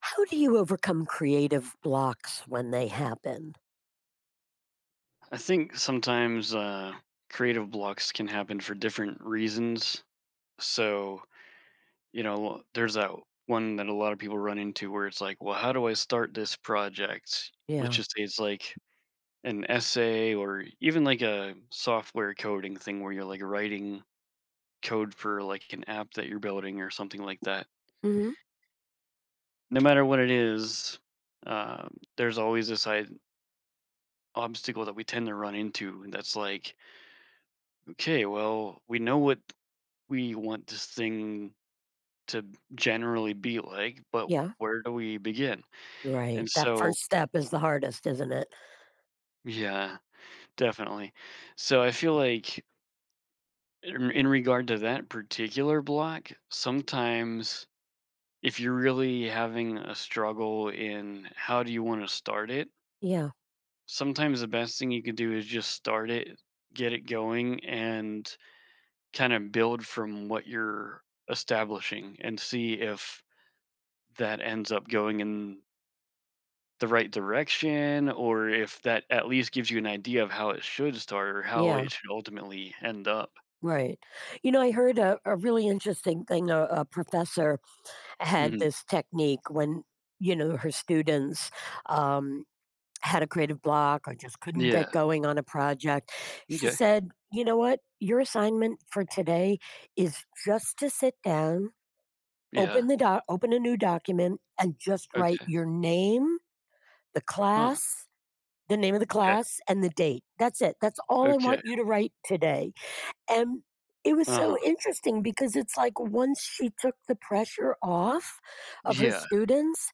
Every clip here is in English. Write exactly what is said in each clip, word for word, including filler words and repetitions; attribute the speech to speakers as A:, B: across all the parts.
A: How do you overcome creative blocks when they happen?
B: I think sometimes uh, creative blocks can happen for different reasons. So, you know, there's that one that a lot of people run into where it's like, well, how do I start this project? Let's
A: Yeah.
B: just say it's like an essay or even like a software coding thing where you're like writing code for like an app that you're building or something like that.
A: Mhm.
B: No matter what it is, uh, there's always this side obstacle that we tend to run into. And that's like, okay, well, we know what we want this thing to generally be like, but
A: Yeah.
B: where do we begin?
A: Right.
B: And
A: That
B: so,
A: first step is the hardest, isn't it?
B: yeah, definitely. So I feel like in, in regard to that particular block, sometimes if you're really having a struggle in how do you want to start it,
A: Yeah.
B: sometimes the best thing you can do is just start it, get it going, and kind of build from what you're establishing and see if that ends up going in the right direction or if that at least gives you an idea of how it should start or how
A: Yeah.
B: it should ultimately end up.
A: Right. You know, I heard a, a really interesting thing. A, a professor had
B: Mhm.
A: this technique when, you know, her students um, had a creative block or just couldn't get
B: Yeah.
A: going on a project. She
B: Okay.
A: said, you know what? Your assignment for today is just to sit down.
B: Yeah.
A: Open the doc open a new document and just write
B: Okay.
A: your name, the
B: Huh.
A: class, the name of the
B: Okay.
A: class, and the date. That's it. That's all I
B: Okay.
A: want you to write today. And it was so
B: Uh-huh.
A: interesting because it's like once she took the pressure off of her
B: Yeah.
A: students,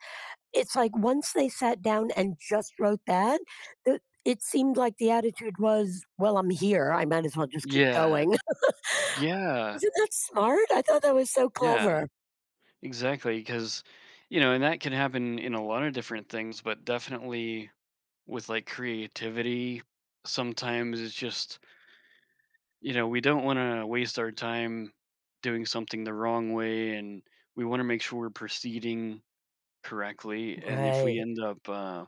A: it's like once they sat down and just wrote that, the it seemed like the attitude was, "Well, I'm here. I might as well just keep
B: Yeah.
A: going."
B: Yeah.
A: Isn't that smart? I thought that was so
B: Yeah.
A: clever.
B: Exactly. Because, you know, and that can happen in a lot of different things, but definitely with like creativity, sometimes it's just you know, we don't want to waste our time doing something the wrong way, and we want to make sure we're proceeding correctly. And if we
A: Right.
B: end up uh,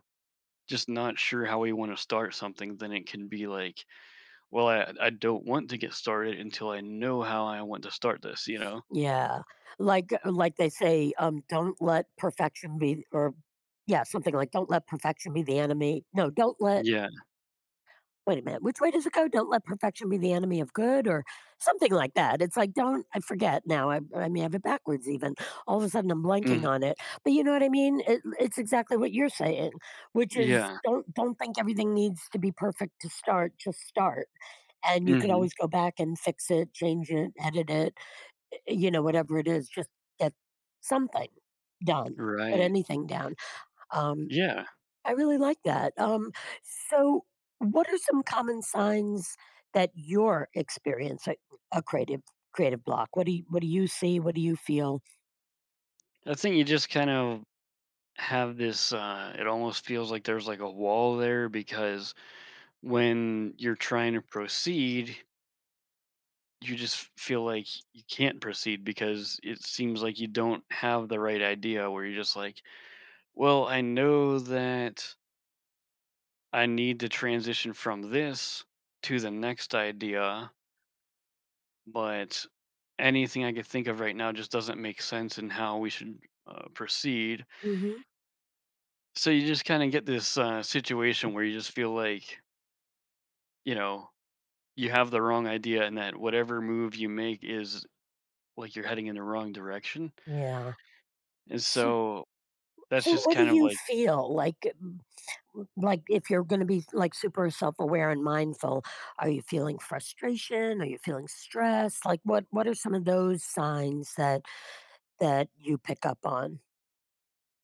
B: just not sure how we want to start something, then it can be like, well, I, I don't want to get started until I know how I want to start this, you know?
A: Yeah. Like uh, like they say, um, don't let perfection be or yeah, something like don't let perfection be the enemy. No, don't let
B: Yeah.
A: wait a minute, which way does it go? Don't let perfection be the enemy of good or something like that. It's like don't I forget now. I I mean I have it backwards even. All of a sudden I'm blanking
B: Mm,
A: on it. But you know what I mean? It, it's exactly what you're saying, which is
B: yeah.
A: don't don't think everything needs to be perfect to start, just start. And you could
B: Hmm.
A: always go back and fix it, change it, edit it, you know, whatever it is, just get something done, put
B: Right.
A: anything down. Um,
B: Yeah.
A: I really like that. Um, so, what are some common signs that you're experiencing a creative creative block? What do you, what do you see? What do you feel?
B: I think you just kind of have this, uh, it almost feels like there's like a wall there because when you're trying to proceed, you just feel like you can't proceed because it seems like you don't have the right idea where you're just like, well, I know that I need to transition from this to the next idea, but anything I could think of right now just doesn't make sense in how we should uh, proceed.
A: Hmm.
B: So you just kind of get this uh, situation where you just feel like, you know, you have the wrong idea and that whatever move you make is like you're heading in the wrong direction.
A: Yeah.
B: And
A: So,
B: so that's
A: so,
B: just
A: what do
B: kind of
A: you
B: like
A: feel like? mm, Like, if you're going to be like super self aware and mindful, are you feeling frustration? Are you feeling stress? Like, what what are some of those signs that that you pick up on.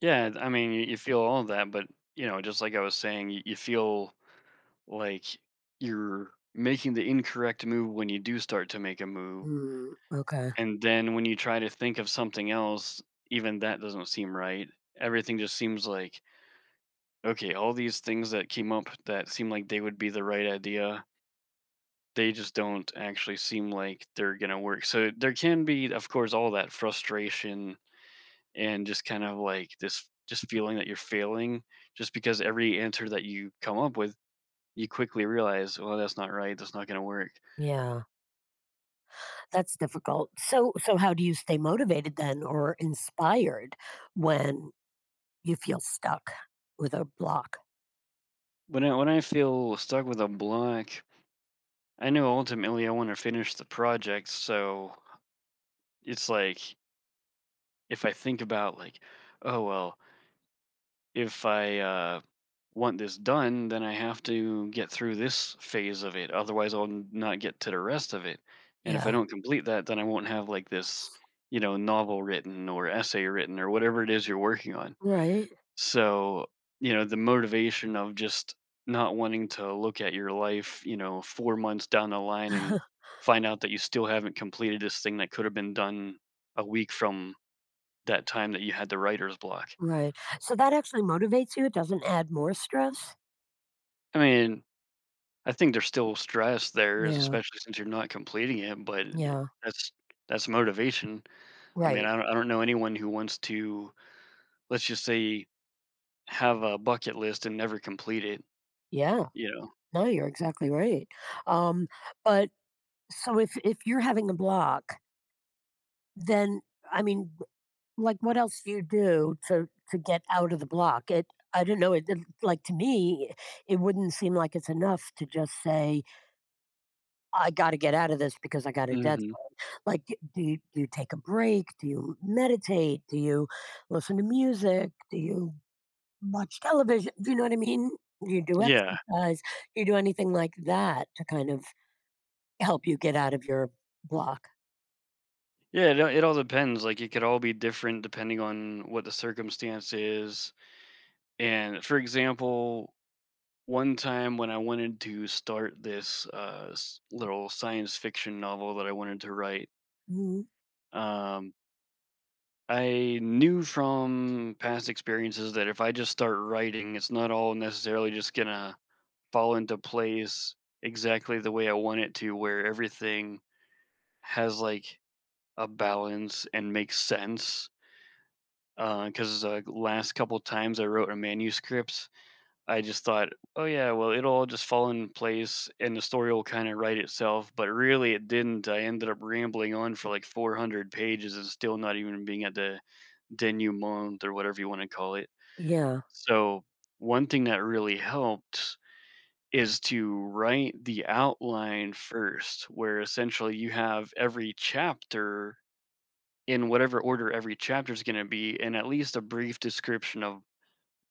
B: yeah, I mean, you you feel all of that, but, you know, just like I was saying, you you feel like you're making the incorrect move when you do start to make a move,
A: Mm, okay.
B: and then when you try to think of something else, even that doesn't seem right. Everything just seems like, okay, all these things that came up that seem like they would be the right idea, they just don't actually seem like they're gonna work. So there can be, of course, all that frustration and just kind of like this just feeling that you're failing just because every answer that you come up with you quickly realize, well, that's not right, that's not going to work.
A: Yeah, that's difficult. So so how do you stay motivated then or inspired when you feel stuck with a block?
B: When I, when I feel stuck with a block, I know ultimately I want to finish the project, so it's like if I think about like, oh well, if I uh, want this done, then I have to get through this phase of it. Otherwise, I'll n- not get to the rest of it. And if I
A: Yeah.
B: don't complete that, then I won't have like this, you know, novel written or essay written or whatever it is you're working on.
A: Right.
B: So, you know, the motivation of just not wanting to look at your life, you know, four months down the line and find out that you still haven't completed this thing that could have been done a week from that time that you had the writer's block.
A: Right. So that actually motivates you, it doesn't add more stress?
B: I mean, I think there's still stress there,
A: Yeah.
B: especially since you're not completing it, but
A: Yeah.
B: that's that's motivation. I mean,
A: Right.
B: I don't I don't know anyone who wants to, let's just say, have a bucket list and never complete it,
A: Yeah.
B: you know?
A: No, you're exactly right. Um, but so if if you're having a block, then I mean, like, what else do you do to to get out of the block? It I don't know, it did like, to me, it wouldn't seem like it's enough to just say, "I gotta get out of this because I got a deadline."
B: Mhm.
A: Like, d do you do you take a break? Do you meditate? Do you listen to music? Do you watch television? Do you know what I mean? Do you do
B: Yeah.
A: exercise? Do you do anything like that to kind of help you get out of your block?
B: Yeah, it all it all depends, like, it could all be different depending on what the circumstance is, and, for example, one time when I wanted to start this, uh, s little science fiction novel that I wanted to write,
A: Mhm.
B: um I knew from past experiences that if I just start writing, it's not all necessarily just gonna fall into place exactly the way I want it to, where everything has like a balance and makes sense. Because uh, 'cause, uh, last couple times I wrote a manuscript, I just thought, oh yeah, well it'll all just fall in place and the story will kind of write itself. But really, it didn't. I ended up rambling on for like four hundred pages and still not even being at the denouement or whatever you want to call it.
A: Yeah.
B: So, one thing that really helped is to write the outline first, where essentially you have every chapter in whatever order every chapter is going to be, and at least a brief description of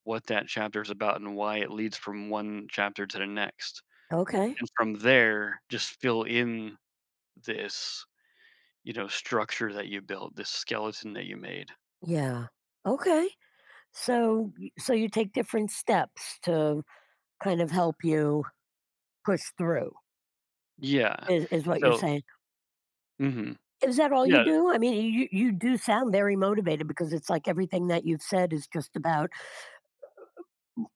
B: what that chapter is about and why it leads from one chapter to the next.
A: Okay.
B: And from there, just fill in this, you know, structure that you built, this skeleton that you made.
A: Yeah. Okay. So y so you take different steps to kind of help you push through
B: Yeah.
A: is is what you're
B: So,
A: saying.
B: mhm.
A: Is that all you
B: Yeah.
A: do? I mean, you you do sound very motivated because it's like everything that you've said is just about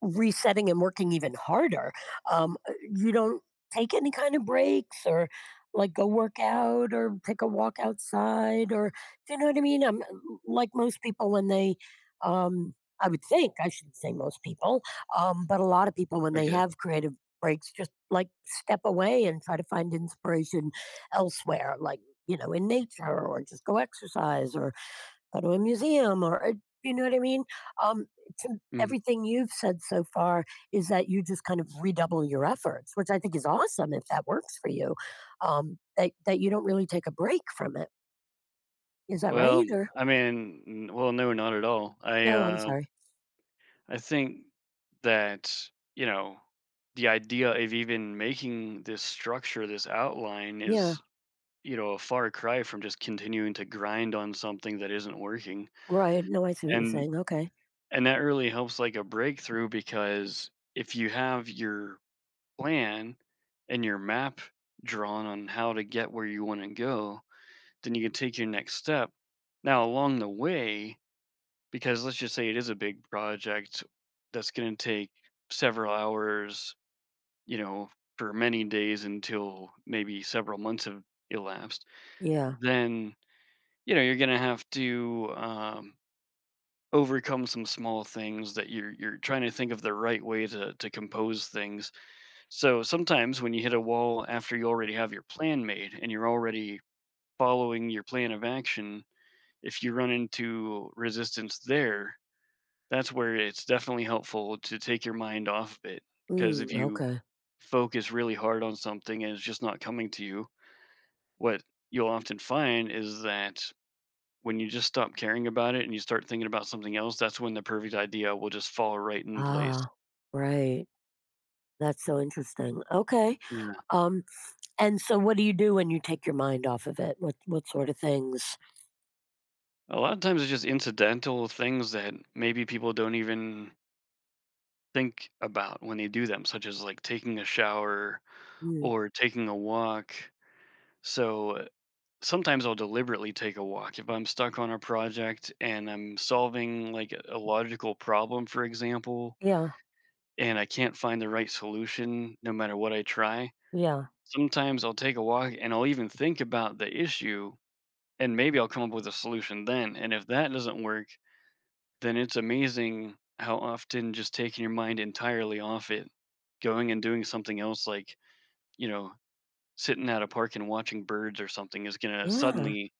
A: resetting and working even harder. Um, uh, you don't take any kind of breaks or like go work out or take a walk outside or do you know what I mean? I'm like most people when they um I would think I should not say most people, um, but a lot of people when they
B: Okay.
A: have creative breaks just like step away and try to find inspiration elsewhere, like you know, in nature or just go exercise or go to a museum or uh, you know what I mean? Um, to
B: Mhm.
A: everything you've said so far is that you just kind of redouble your efforts, which I think is awesome if that works for you. Um, that that you don't really take a break from it. Is that
B: Well,
A: right? Or
B: I mean, n- well, no, not at all. I
A: oh, I'm
B: uh,
A: sorry.
B: I think that you know the idea of even making this structure, this outline,
A: Yeah,
B: is you know a far cry from just continuing to grind on something that isn't working,
A: right. No, I see what you're
B: and
A: saying. Okay.
B: and that really helps like a breakthrough because if you have your plan and your map drawn on how to get where you want to go, then you can take your next step. Now, along the way, because let's just say it is a big project that's gonna take several hours, you know, for many days until maybe several months have elapsed,
A: Yeah.
B: then, you know, you're gonna have to, um, overcome some small things that you're you're trying to think of the right way to to compose things. So, sometimes when you hit a wall after you already have your plan made and you're already following your plan of action, if you run into resistance there, that's where it's definitely helpful to take your mind off of it, because if
A: Mm,
B: you
A: okay.
B: focus really hard on something and it's just not coming to you, what you'll often find is that when you just stop caring about it and you start thinking about something else, that's when the perfect idea will just fall right in place.
A: Ah, right. That's so interesting. Okay.
B: Yeah.
A: Um, and so what do you do when you take your mind off of it? What what sort of things?
B: A lot of times it's just incidental things that maybe people don't even think about when they do them, such as, like, taking a shower
A: Mm,
B: or taking a walk. So sometimes I'll deliberately take a walk if I'm stuck on a project and I'm solving like a a logical problem, for example,
A: yeah.
B: and I can't find the right solution no matter what I try.
A: Yeah.
B: Sometimes I'll take a walk and I'll even think about the issue and maybe I'll come up with a solution then. And if that doesn't work, then it's amazing how often just taking your mind entirely off it, going and doing something else like, you know, sitting at a park and watching birds or something is going to
A: Yeah.
B: suddenly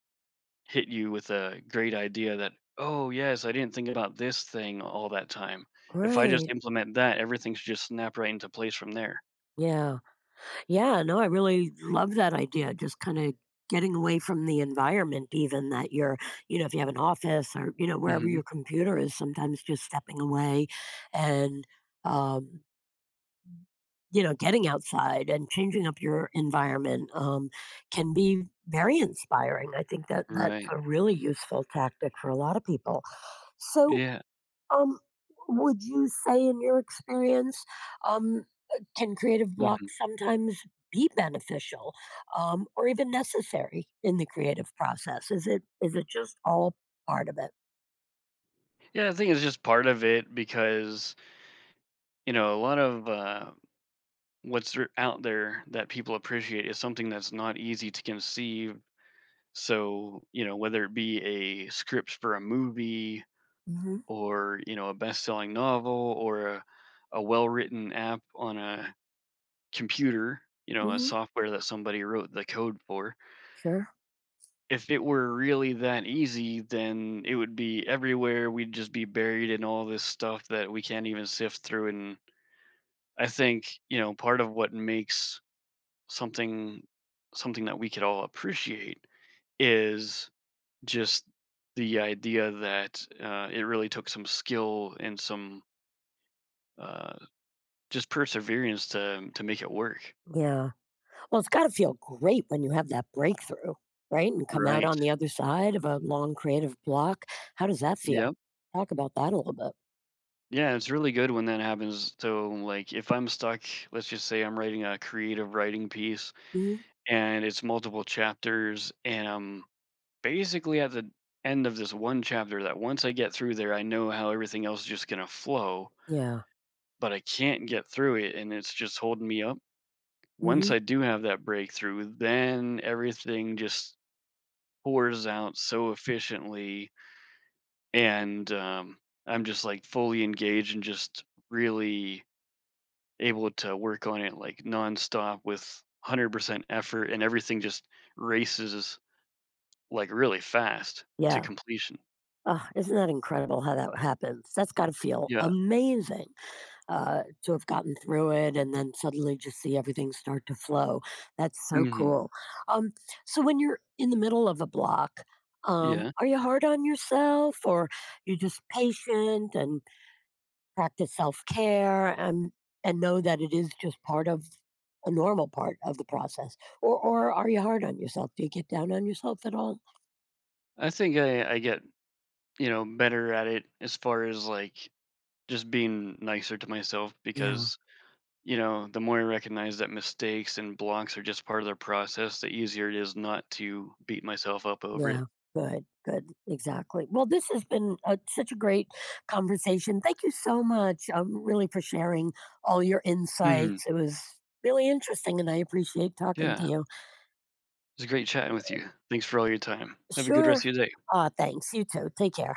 B: hit you with a great idea that, "Oh, yes, I didn't think about this thing all that time. If I just
A: Right.
B: implement that, everything should just snap right into place from there."
A: Yeah. Yeah. No, I really love that idea. Just kind of getting away from the environment, even that you're, you know, if you have an office or, you know, wherever
B: Mhm.
A: your computer is, sometimes just stepping away and, um, you know, getting outside and changing up your environment um, can be very inspiring. I think that that's
B: Right.
A: a really useful tactic for a lot of people. So,
B: Yeah.
A: Um, would you say in your experience, um, uh, can creative block
B: Mhm.
A: sometimes be beneficial, um, or even necessary in the creative process? Is it is it just all part of it?
B: Yeah, I think it's just part of it because, you know, a lot of, uh, what's r out there that people appreciate is something that's not easy to conceive. So, you know, whether it be a script for a movie
A: Hmm.
B: or, you know, a best-selling novel or a a well-written app on a computer, you know, a
A: Hmm.
B: software that somebody wrote the code for.
A: Sure.
B: If it were really that easy, then it would be everywhere. We'd just be buried in all this stuff that we can't even sift through. And I think, you know, part of what makes something something that we could all appreciate is just the idea that uh, it really took some skill and some uh, just perseverance to to make it work.
A: Yeah. Well, it's got to feel great when you have that breakthrough, right? And come out
B: Right.
A: on the other side of a long creative block. How does that
B: Yep.
A: feel? Talk about that a little bit.
B: Yeah, it's really good when that happens. So, like, if I'm stuck, let's just say I'm writing a creative writing piece
A: Hmm.
B: and it's multiple chapters, and I'm basically at the end of this one chapter that once I get through there, I know how everything else is just going to flow,
A: Yeah.
B: but I can't get through it and it's just holding me up.
A: Hmm.
B: Once I do have that breakthrough, then everything just pours out so efficiently. And um, I'm just like fully engaged and just really able to work on it like nonstop with one hundred percent effort and everything just races like really fast to
A: Yeah.
B: completion.
A: Ugh, isn't that incredible how that happens? That's gotta feel
B: Yeah.
A: amazing, uh, to have gotten through it and then suddenly just see everything start to flow. That's so
B: Hmm.
A: cool. Um, so when you're in the middle of a block, um,
B: Yeah.
A: are you hard on yourself or you just patient and practice self-care and and know that it is just part of a normal part of the process? Or or are you hard on yourself? Do you get down on yourself at all?
B: I think I, I get, you know, better at it as far as like just being nicer to myself
A: Yeah.
B: because, you know, the more I recognize that mistakes and blocks are just part of the process, the easier it is not to beat myself up over
A: Yeah,
B: it.
A: good, good, exactly. Well, this has been a, such a great conversation. Thank you so much, um, really, for sharing all your
B: Hmm.
A: insights. It was really interesting, and I appreciate talking to
B: Yeah.
A: you.
B: It's was great chatting with you. Thanks for all your time. Have a good
A: Sure.
B: rest of your day.
A: Uh, thanks. You too. Take care.